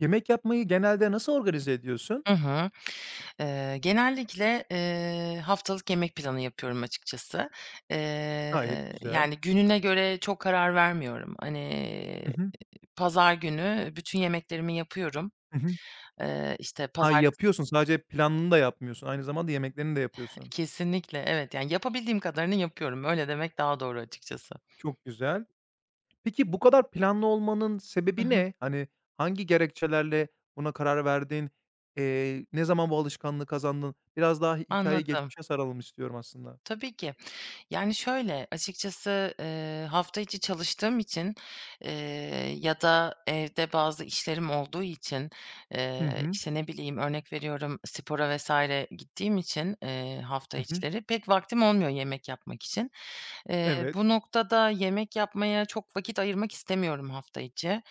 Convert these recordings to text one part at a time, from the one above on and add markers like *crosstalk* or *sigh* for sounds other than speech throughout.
Yemek yapmayı genelde nasıl organize ediyorsun? Hı hı. Genellikle, haftalık yemek planı yapıyorum açıkçası. Gayet güzel. Yani gününe göre çok karar vermiyorum. Hı Hani, hı. pazar günü bütün yemeklerimi yapıyorum. Hı hı. İşte Ha, pazartesi. yapıyorsun, sadece planını da yapmıyorsun, aynı zamanda yemeklerini de yapıyorsun. Kesinlikle, evet. Yani yapabildiğim kadarını yapıyorum. Öyle demek daha doğru açıkçası. Çok güzel. Peki bu kadar planlı olmanın Hı sebebi hı. ne? Hani, hangi gerekçelerle buna karar verdin? Ne zaman bu alışkanlığı kazandın? Biraz daha hikayeyi Anladım. geçmişe saralım istiyorum aslında. Tabii ki. Yani, şöyle, açıkçası, hafta içi çalıştığım için, eee, ya da evde bazı işlerim olduğu için, Hı hı. işte, ne bileyim, örnek veriyorum, spora vesaire gittiğim için, hafta Hı hı. içleri pek vaktim olmuyor yemek yapmak için. Evet. Bu noktada yemek yapmaya çok vakit ayırmak istemiyorum hafta içi.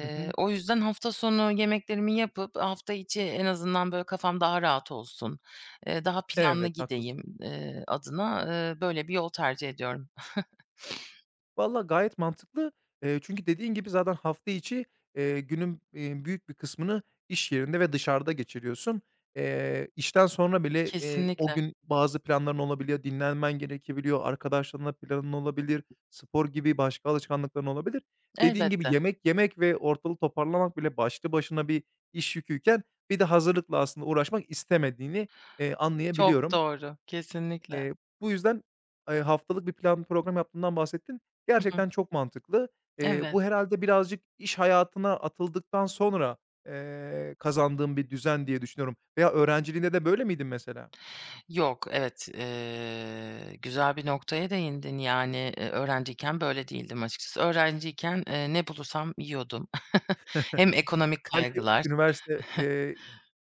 Hı hı. O yüzden hafta sonu yemeklerimi yapıp hafta içi en azından, böyle, kafam daha rahat olsun, daha planlı Evet, haklısın. gideyim, adına, böyle bir yol tercih ediyorum. Valla gayet mantıklı. Çünkü dediğin gibi zaten hafta içi, günün, büyük bir kısmını iş yerinde ve dışarıda geçiriyorsun. İşten sonra bile, o Kesinlikle. gün bazı planların olabiliyor, dinlenmen gerekebiliyor, arkadaşlarınla planın olabilir, spor gibi başka alışkanlıkların olabilir. Dediğin gibi Elbette. yemek yemek ve ortalığı toparlamak bile başlı başına bir iş yüküyken bir de hazırlıkla aslında uğraşmak istemediğini, Çok anlayabiliyorum. doğru. Kesinlikle. Eee, bu yüzden, haftalık bir plan program yaptığından bahsettin. Hı hı. Gerçekten çok mantıklı. Eee, Evet. bu herhâlde birazcık iş hayatına atıldıktan sonra, kazandığın bir düzen diye düşünüyorum. Veya öğrenciliğinde de böyle miydin mesela? Yok, evet, güzel bir noktaya değindin. Yani, öğrenciyken böyle değildim açıkçası. Öğrenciyken, ne bulursam yiyordum. *laughs* Hem ekonomik Belki kaygılar. üniversite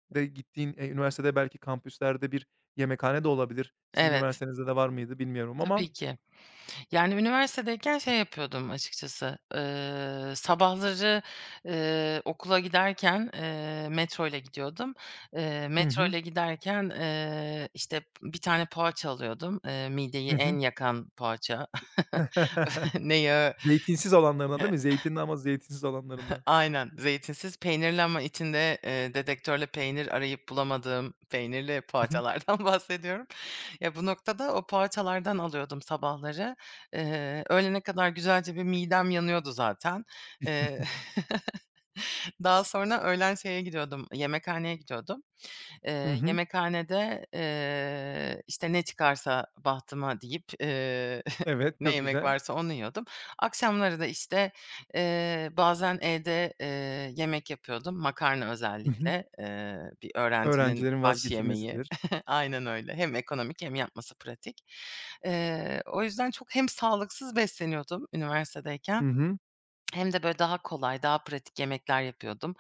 de gittiğin, üniversitede belki kampüslerde bir yemekhane de olabilir. Sizin Evet, üniversitenizde de var mıydı bilmiyorum ama. tabii ki. Yani, üniversitedeyken şey yapıyordum açıkçası, sabahları, okula giderken, metro ile gidiyordum. Hı Metro hı. ile giderken, işte, bir tane poğaça alıyordum. Mideyi Hı hı. en yakan poğaça. *laughs* *laughs* Ne yağı. Zeytinsiz olanlarından değil mi? Zeytinli ama zeytinsiz olanlarından. Aynen, zeytinsiz peynirli ama içinde, dedektörle peynir arayıp bulamadığım peynirli Hı hı. poğaçalardan *laughs* bahsediyorum. Ya, bu noktada o poğaçalardan alıyordum sabahları. Öğlene kadar güzelce bir midem yanıyordu zaten. Eee, *laughs* Daha sonra öğlen şeye gidiyordum, yemekhaneye gidiyordum. Hı hı. Yemekhanede, işte, ne çıkarsa bahtıma deyip, *laughs* Evet, ne çok yemek güzel. varsa onu yiyordum. Akşamları da, işte, bazen evde, yemek yapıyordum. Makarna Hı hı. özellikle, bir öğrencinin Öğrencilerin baş yemeği. vazgeçilmezidir. *laughs* Aynen öyle. Hem ekonomik hem yapması pratik. O yüzden çok hem sağlıksız besleniyordum Hı üniversitedeyken hı. hem de böyle daha kolay, daha pratik yemekler yapıyordum.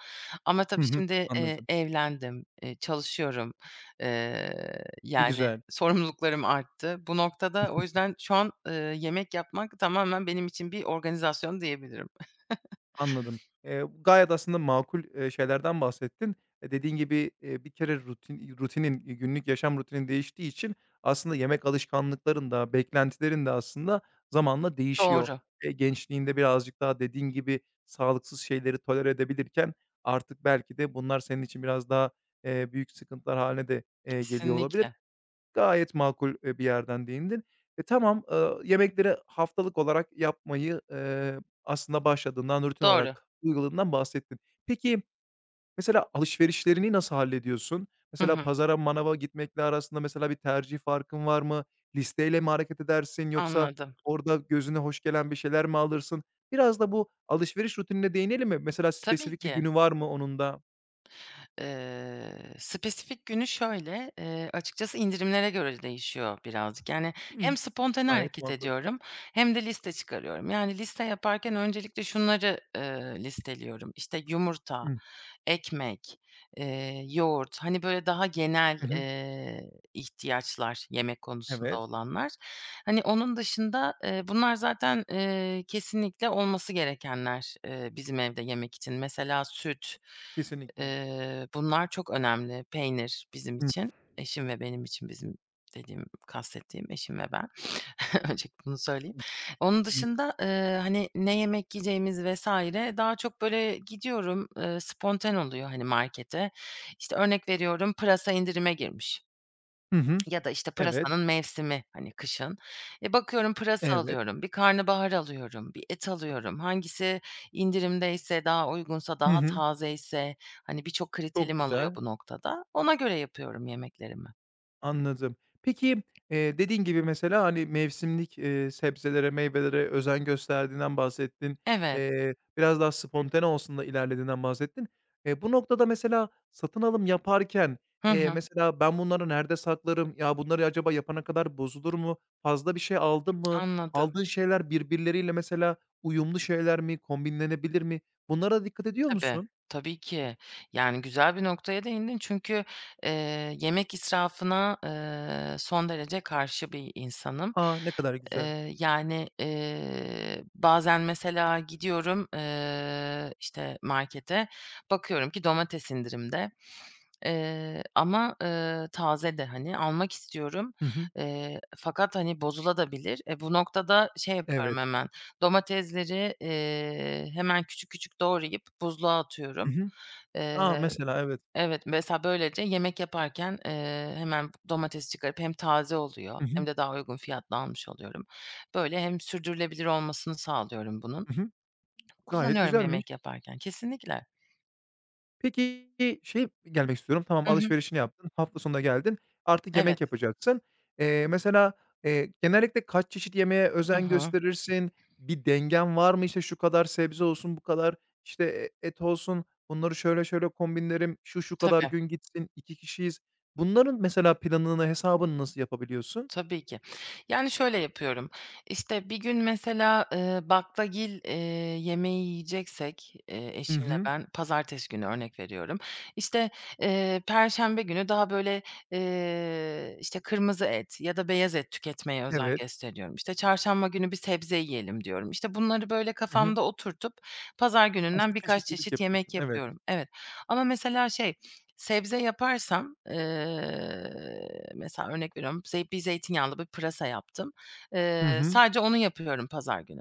Ama tabii Hı hı. şimdi, Anladım. evlendim, çalışıyorum. Ne Yani güzel, sorumluluklarım arttı. Bu noktada o yüzden şu an, yemek yapmak tamamen benim için bir organizasyon diyebilirim. anladım. Gayet aslında makul, şeylerden bahsettin. E, dediğin gibi, bir kere rutinin, günlük yaşam rutinin değiştiği için aslında yemek alışkanlıkların da beklentilerin de aslında zamanla değişiyor. Doğru, Gençliğinde birazcık daha dediğin gibi sağlıksız şeyleri tolere edebilirken artık belki de bunlar senin için biraz daha, büyük sıkıntılar hâline de, geliyor olabilir. kesinlikle. Gayet makul, bir yerden değindin. E, tamam, yemekleri haftalık olarak yapmayı, aslında başladığından, rutin Doğru. olarak uyguladığından bahsettin. Peki, mesela alışverişlerini nasıl hallediyorsun? Hı Mesela hı, pazara, manava gitmekle arasında mesela bir tercih farkın var mı? Listeyle mi hareket edersin yoksa anladım. orada gözüne hoş gelen bir şeyler mi alırsın? Biraz da bu alışveriş rutinine değinelim mi? Mesela Tabii spesifik bir ki. günü var mı onun da? Eee, Spesifik günü şöyle, açıkçası indirimlere göre değişiyor birazcık. Yani hem Hımm, spontane gayet hareket makul. ediyorum hem de liste çıkarıyorum. Yani liste yaparken öncelikle şunları, listeliyorum. İşte yumurta, Hıh. ekmek, yoğurt, hani, böyle daha genel, Hı hı. İhtiyaçlar yemek konusunda Evet, olanlar. Hani, onun dışında, bunlar zaten, kesinlikle olması gerekenler, bizim evde yemek için. Mesela süt. kesinlikle. Bunlar çok önemli. Peynir bizim Hı için, eşim ve benim için, bizim dediğim, kastettiğim eşim ve ben. *laughs* Öncelikle bunu söyleyeyim. Onun hı. dışında, hani, ne yemek yiyeceğimiz vesaire daha çok böyle gidiyorum, spontane oluyor, hani, markete. İşte, örnek veriyorum, pırasa indirime girmiş. Hı hı. Ya da, işte, Evet, pırasanın mevsimi, hani, kışın. Bakıyorum pırasa evet. alıyorum, bir karnabahar alıyorum, bir et alıyorum. Hangisi indirimdeyse, daha uygunsa, Hı daha hı. tazeyse, hani, birçok Çok kriterim alıyor güzel, bu noktada. Ona göre yapıyorum yemeklerimi. anladım. Peki, dediğin gibi mesela, hani, mevsimlik, sebzelere, meyvelere özen gösterdiğinden bahsettin. Evet. Biraz daha spontane olsun da ilerlediğinden bahsettin. Bu noktada mesela satın alım yaparken, Hı hı. mesela ben bunları nerede saklarım? Ya, bunları acaba yapana kadar bozulur mu? Fazla bir şey aldın mı? Anladım. Aldığın şeyler birbirleriyle mesela uyumlu şeyler mi? Kombinlenebilir mi? Bunlara dikkat ediyor Tabii, musun? tabii ki. Yani, güzel bir noktaya değindin çünkü, yemek israfına, son derece karşı bir insanım. A, ne kadar güzel. Yani, bazen mesela gidiyorum, işte, markete, bakıyorum ki domates indirimde. Ama, taze de, hani, almak istiyorum. Hı hı. Fakat, hani, bozulabilir. Bu noktada şey yapıyorum Evet. hemen, domatesleri, hemen küçük küçük doğrayıp buzluğa Hı atıyorum. hı. A, Eee, mesela evet. evet, mesela böylece yemek yaparken, hemen domates çıkarıp hem taze oluyor Hı hem hı. de daha uygun fiyatla almış oluyorum. Böyle hem sürdürülebilir olmasını sağlıyorum bunun. Hı hı. Gayet Kullanıyorum güzelmiş. yemek yaparken. Kesinlikle. Peki, şey gelmek istiyorum. Tamam, Hı hı. alışverişini yaptın, hafta sonuna geldin, artık Evet. yemek yapacaksın. Mesela, genellikle kaç çeşit yemeğe Hı özen hı. gösterirsin? Bir dengen var mı? İşte, şu kadar sebze olsun, bu kadar, işte, et olsun, bunları şöyle şöyle kombinlerim, şu şu kadar Tabii. gün gitsin, 2 kişiyiz. Bunların mesela planını, hesabını nasıl yapabiliyorsun? Tabii ki. Yani, şöyle yapıyorum. İşte bir gün mesela, baklagil, yemeği yiyeceksek, Hı eşimle hı. ben, pazartesi günü örnek veriyorum. İşte, perşembe günü daha böyle, işte, kırmızı et ya da beyaz et tüketmeye özen Evet. gösteriyorum. İşte, çarşamba günü bir sebze yiyelim diyorum. İşte, bunları böyle Hı hı. kafamda oturtup pazar gününden Aslında birkaç çeşitlilik çeşit yemek yapıyorsun. Evet. yapıyorum. Evet ama mesela şey, sebze yaparsam, mesela örnek veriyorum, bir zeytinyağlı bir pırasa yaptım. Hı hı. Sadece onu yapıyorum pazar günü.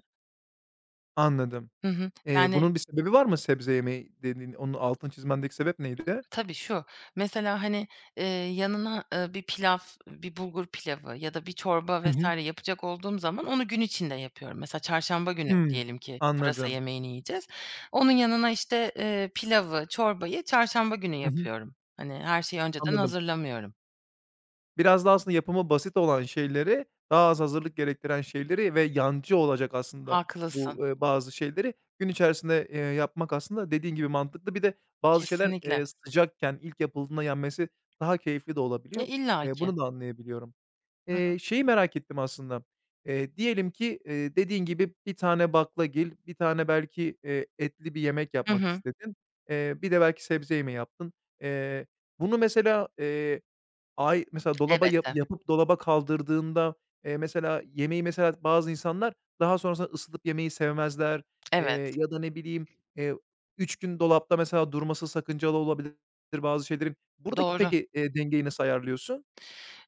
Anladım. Hı hı. Eee, Yani bunun bir sebebi var mı sebze yemeyi dediğin, onun altını çizmendeki sebep neydi? tabii, şu, mesela, hani, yanına, bir pilav, bir bulgur pilavı ya da bir çorba Hı hı. vs. yapacak olduğum zaman onu gün içinde yapıyorum. Mesela çarşamba günü Hımm. diyelim ki pırasa Anladım. yemeğini yiyeceğiz. Onun yanına, işte, pilavı, çorbayı çarşamba günü Hı hı. yapıyorum. Hani, her şeyi önceden Anladım. hazırlamıyorum. Biraz da aslında yapımı basit olan şeyleri, daha az hazırlık gerektiren şeyleri ve yancı olacak aslında Haklısın. bu, bazı şeyleri gün içerisinde, yapmak aslında dediğin gibi mantıklı. Bir de bazı şeyler, Kesinlikle. Sıcakken ilk yapıldığında yenmesi daha keyifli de olabiliyor. Eee, İllaki. bunu da anlayabiliyorum. Şeyi merak ettim aslında. Diyelim ki, dediğin gibi bir tane baklagil, bir tane belki, etli bir yemek Hı yapmak hı. istedin. Bir de belki sebze yemeği yaptın. Eee, bunu mesela, ay mesela dolaba yap Elbette. yapıp dolaba kaldırdığında, mesela yemeği mesela bazı insanlar daha sonrasında ısıtıp yemeyi sevmezler, eee, Evet, ya da ne bileyim, eee, 3 gün dolapta mesela durması sakıncalı olabilir bazı şeylerin. Buradaki doğru. peki, dengeyi nasıl ayarlıyorsun?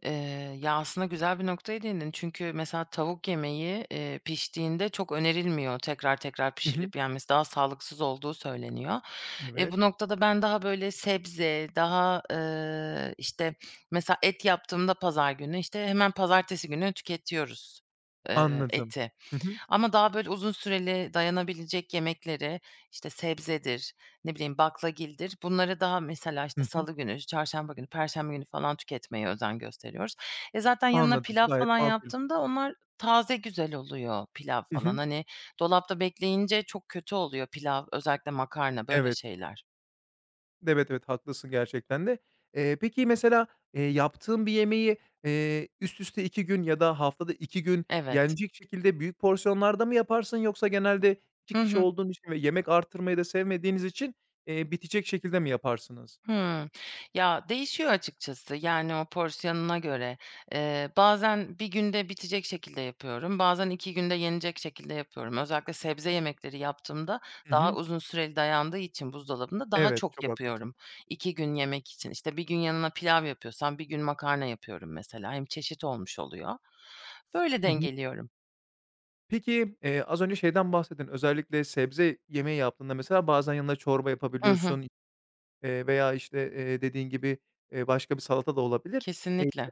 Eee, Ya, aslında güzel bir noktaya değindin. Çünkü mesela tavuk yemeği, piştiğinde çok önerilmiyor tekrar tekrar Hı hı. pişirilip yenmesi. Daha sağlıksız olduğu söyleniyor. Evet. Bu noktada ben daha böyle sebze, daha, işte, mesela et yaptığımda pazar günü, işte, hemen pazartesi günü tüketiyoruz, Anladım. eti. Hı hı. Ama daha böyle uzun süreli dayanabilecek yemekleri, işte, sebzedir, ne bileyim, baklagildir, bunları daha mesela, Hı işte, hı. salı günü, çarşamba günü, perşembe günü falan tüketmeye özen gösteriyoruz. Zaten yanına Anladım. pilav Gayet falan makul. yaptığımda onlar taze güzel oluyor pilav Hı falan. hı. Hani, dolapta bekleyince çok kötü oluyor pilav, özellikle makarna, böyle Evet. şeyler. Evet, evet, haklısın gerçekten de. Peki mesela, yaptığın bir yemeği, üst üste 2 gün ya da haftada 2 gün Evet. yenecek şekilde büyük porsiyonlarda mı yaparsın yoksa genelde Hı iki kişi hı. olduğun için ve yemek artırmayı da sevmediğiniz için, bitecek şekilde mi yaparsınız? Hımm. Ya, değişiyor açıkçası, yani, o porsiyonuna göre. Bazen bir günde bitecek şekilde yapıyorum, bazen 2 günde yenecek şekilde yapıyorum. Özellikle sebze yemekleri yaptığımda Hı daha hı. uzun süreli dayandığı için buzdolabında daha Evet, çok çok yapıyorum haklısın. 2 gün yemek için. İşte, bir gün yanına pilav yapıyorsam bir gün makarna yapıyorum mesela. Hem çeşit olmuş oluyor. Böyle Hı hı. dengeliyorum. Peki, az önce şeyden bahsettin, özellikle sebze yemeği yaptığında mesela bazen yanına çorba Hı hı. yapabiliyorsun. Veya, işte, dediğin gibi, başka bir salata da olabilir. Eee, Kesinlikle.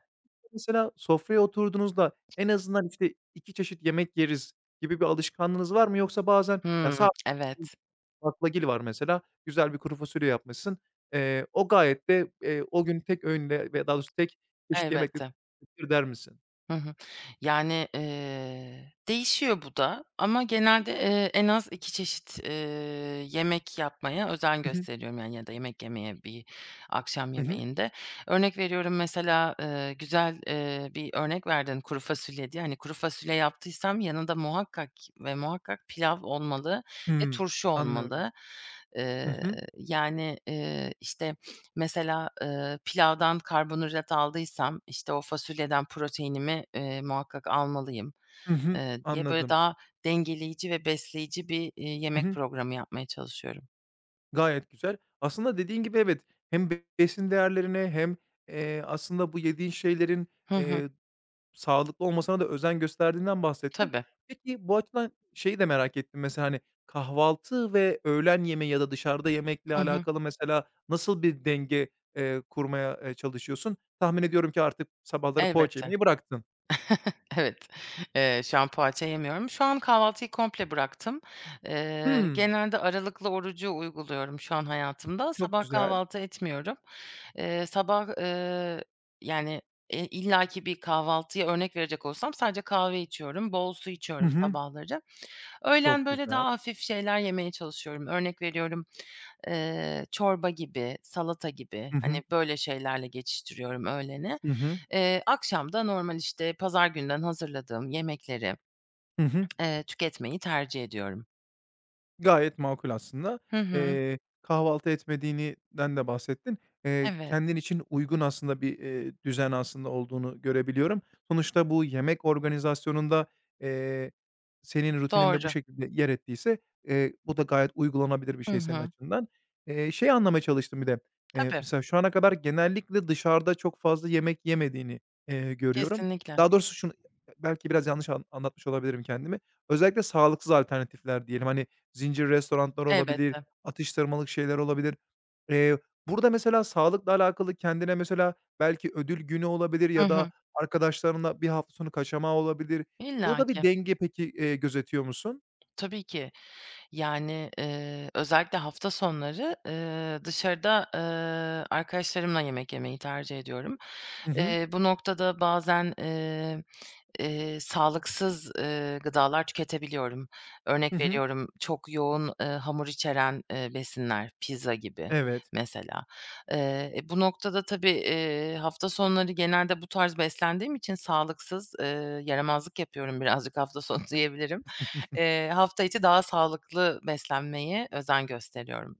mesela sofraya oturduğunuzda en azından, işte, 2 çeşit yemek yeriz gibi bir alışkanlığınız var mı? Yoksa bazen ya, Hımm. sadece *unintelligible* Evet. baklagil var mesela, güzel bir kuru fasulye yapmışsın. O gayet de, o gün tek öğünle veya daha doğrusu tek çeşit yemekle Elbette. *unintelligible* der misin? Hı hı. Yani, değişiyor bu da ama genelde, en az 2 çeşit, yemek yapmaya özen Hı hı. gösteriyorum yani ya da yemek yemeye bir akşam Hı hı. yemeğinde. Örnek veriyorum mesela, güzel, bir örnek verdin kuru fasulye diye. Hani, kuru fasulye yaptıysam yanında muhakkak ve muhakkak pilav olmalı ve Hımm. turşu Anlıyorum. olmalı. Hı Eee, hı. Yani, işte mesela, pilavdan karbonhidrat aldıysam, işte, o fasulyeden proteinimi, muhakkak almalıyım, Hı hı. Diye böyle Anladım. daha dengeleyici ve besleyici bir, Hı yemek hı. programı yapmaya çalışıyorum. Gayet güzel. Aslında dediğin gibi evet, hem besin değerlerine hem, aslında bu yediğin şeylerin, Hı hı. eee, sağlıklı olmasına da özen gösterdiğinden bahsettin. Tabii. Peki, bu açıdan şeyi de merak ettim mesela, hani, kahvaltı ve öğlen yemeği ya da dışarıda yemekle Hı hı. alakalı mesela nasıl bir denge, kurmaya, çalışıyorsun? Tahmin ediyorum ki artık sabahları poğaça Elbette. yemeyi bıraktın. Evet, şu an poğaça yemiyorum. Şu an kahvaltıyı komple bıraktım. Hımm, Genelde aralıklı orucu uyguluyorum şu an hayatımda. çok Sabah güzel. kahvaltı etmiyorum. Sabah, yani, illaki bir kahvaltıya örnek verecek olsam sadece kahve içiyorum, bol su Hı içiyorum hı. sabahları. Öğlen, Çok böyle, güzel. daha hafif şeyler yemeye çalışıyorum. Örnek veriyorum, çorba gibi, salata gibi, Hı hı. hani, böyle şeylerle geçiştiriyorum öğleni. Hı hı. Akşam da normal, işte, pazar günden hazırladığım yemekleri, Hı hı. Tüketmeyi tercih ediyorum. Gayet makul aslında. Hı hı. Kahvaltı etmediğinden de bahsettin. Eee, Evet, kendin için uygun aslında bir, düzen aslında olduğunu görebiliyorum. Sonuçta bu yemek organizasyonunda, eee, senin rutininde bu doğru. şekilde yer ettiyse, bu da gayet uygulanabilir bir Hı şey senin hı. açından. Şeyi anlamaya çalıştım bir de, Tabii, mesela şu ana kadar genellikle dışarıda çok fazla yemek yemediğini, görüyorum. kesinlikle. Daha doğrusu şunu belki biraz yanlış anlatmış olabilirim kendimi. Özellikle sağlıksız alternatifler diyelim, hani, zincir restoranlar olabilir, Elbette. atıştırmalık şeyler olabilir. Eee, burada mesela sağlıkla alakalı kendine mesela belki ödül günü olabilir Hı ya da hı. arkadaşlarınla bir hafta sonu kaçamağı olabilir. Burada bir İllaki. denge peki, gözetiyor musun? Tabii ki. Yani, özellikle hafta sonları, dışarıda, arkadaşlarımla yemek yemeyi tercih ediyorum. Hı hı. Bu noktada bazen, sağlıksız, gıdalar tüketebiliyorum. Hı Örnek hı. veriyorum, çok yoğun, hamur içeren, besinler, pizza gibi Evet. mesela. Bu noktada tabii, hafta sonları genelde bu tarz beslendiğim için sağlıksız, yaramazlık yapıyorum birazcık hafta sonu *laughs* diyebilirim. Hafta içi daha sağlıklı beslenmeye özen gösteriyorum.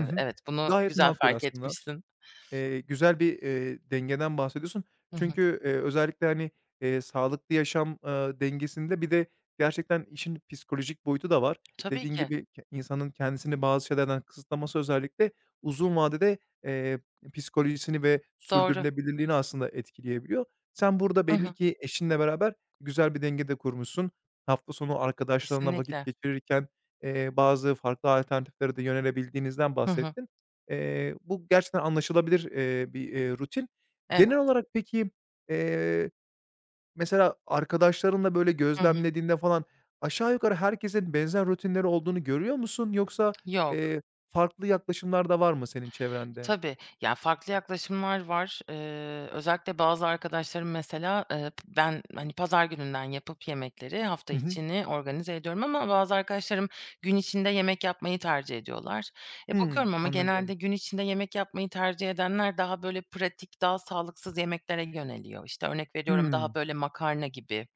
Hı hı. Evet, bunu Gayet güzel makul fark aslında. etmişsin. Güzel bir, dengeden bahsediyorsun. Hı hı. Çünkü, özellikle, hani, sağlıklı yaşam, dengesinde bir de gerçekten işin psikolojik boyutu da var. Tabii Dediğin ki, gibi insanın kendisini bazı şeylerden kısıtlaması özellikle uzun vadede, eee, psikolojisini ve doğru. sürdürülebilirliğini aslında etkileyebiliyor. Sen burada Hı belli hı. ki eşinle beraber güzel bir denge de kurmuşsun. Hafta sonu arkadaşlarınla vakit Kesinlikle. geçirirken, bazı farklı alternatiflere de yönelebildiğinizden Hı hı. bahsettin. Bu gerçekten anlaşılabilir, bir, rutin. Genel Evet. olarak peki, eee, mesela arkadaşlarınla böyle Hı hı. gözlemlediğinde falan aşağı yukarı herkesin benzer rutinleri olduğunu görüyor musun? Yoksa, Yok. eee, farklı yaklaşımlar da var mı senin çevrende? Tabii. Yani farklı yaklaşımlar var. Özellikle bazı arkadaşlarım mesela, p ben, hani, pazar gününden yapıp yemekleri hafta Hı hı. içini organize ediyorum ama bazı arkadaşlarım gün içinde yemek yapmayı tercih ediyorlar. Hımm, Bakıyorum ama genelde anladım. gün içinde yemek yapmayı tercih edenler daha böyle pratik, daha sağlıksız yemeklere yöneliyor. İşte, örnek veriyorum, daha Hımm, böyle makarna gibi.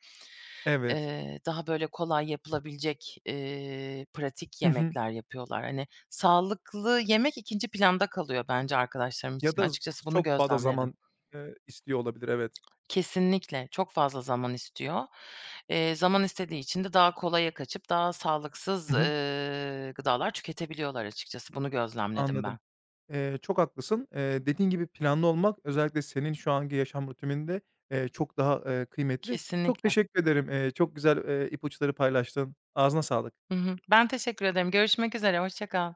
evet. Daha böyle kolay yapılabilecek, pratik Hı hı. yemekler yapıyorlar. Hani, sağlıklı yemek ikinci planda kalıyor bence arkadaşlarım Ya için. da z Açıkçası bunu çok fazla gözlemledim. zaman, istiyor olabilir, evet. Kesinlikle, çok fazla zaman istiyor. Zaman istediği için de daha kolaya kaçıp daha sağlıksız, Hı hı, gıdalar tüketebiliyorlar açıkçası. Bunu gözlemledim ben. anladım. Çok haklısın. Dediğin gibi planlı olmak özellikle senin şu anki yaşam rutininde, çok daha, kıymetli. Çok Kesinlikle. teşekkür ederim. Çok güzel, ipuçları paylaştın. Ağzına sağlık. Hı hı. Ben teşekkür ederim. Görüşmek üzere, hoşça kal.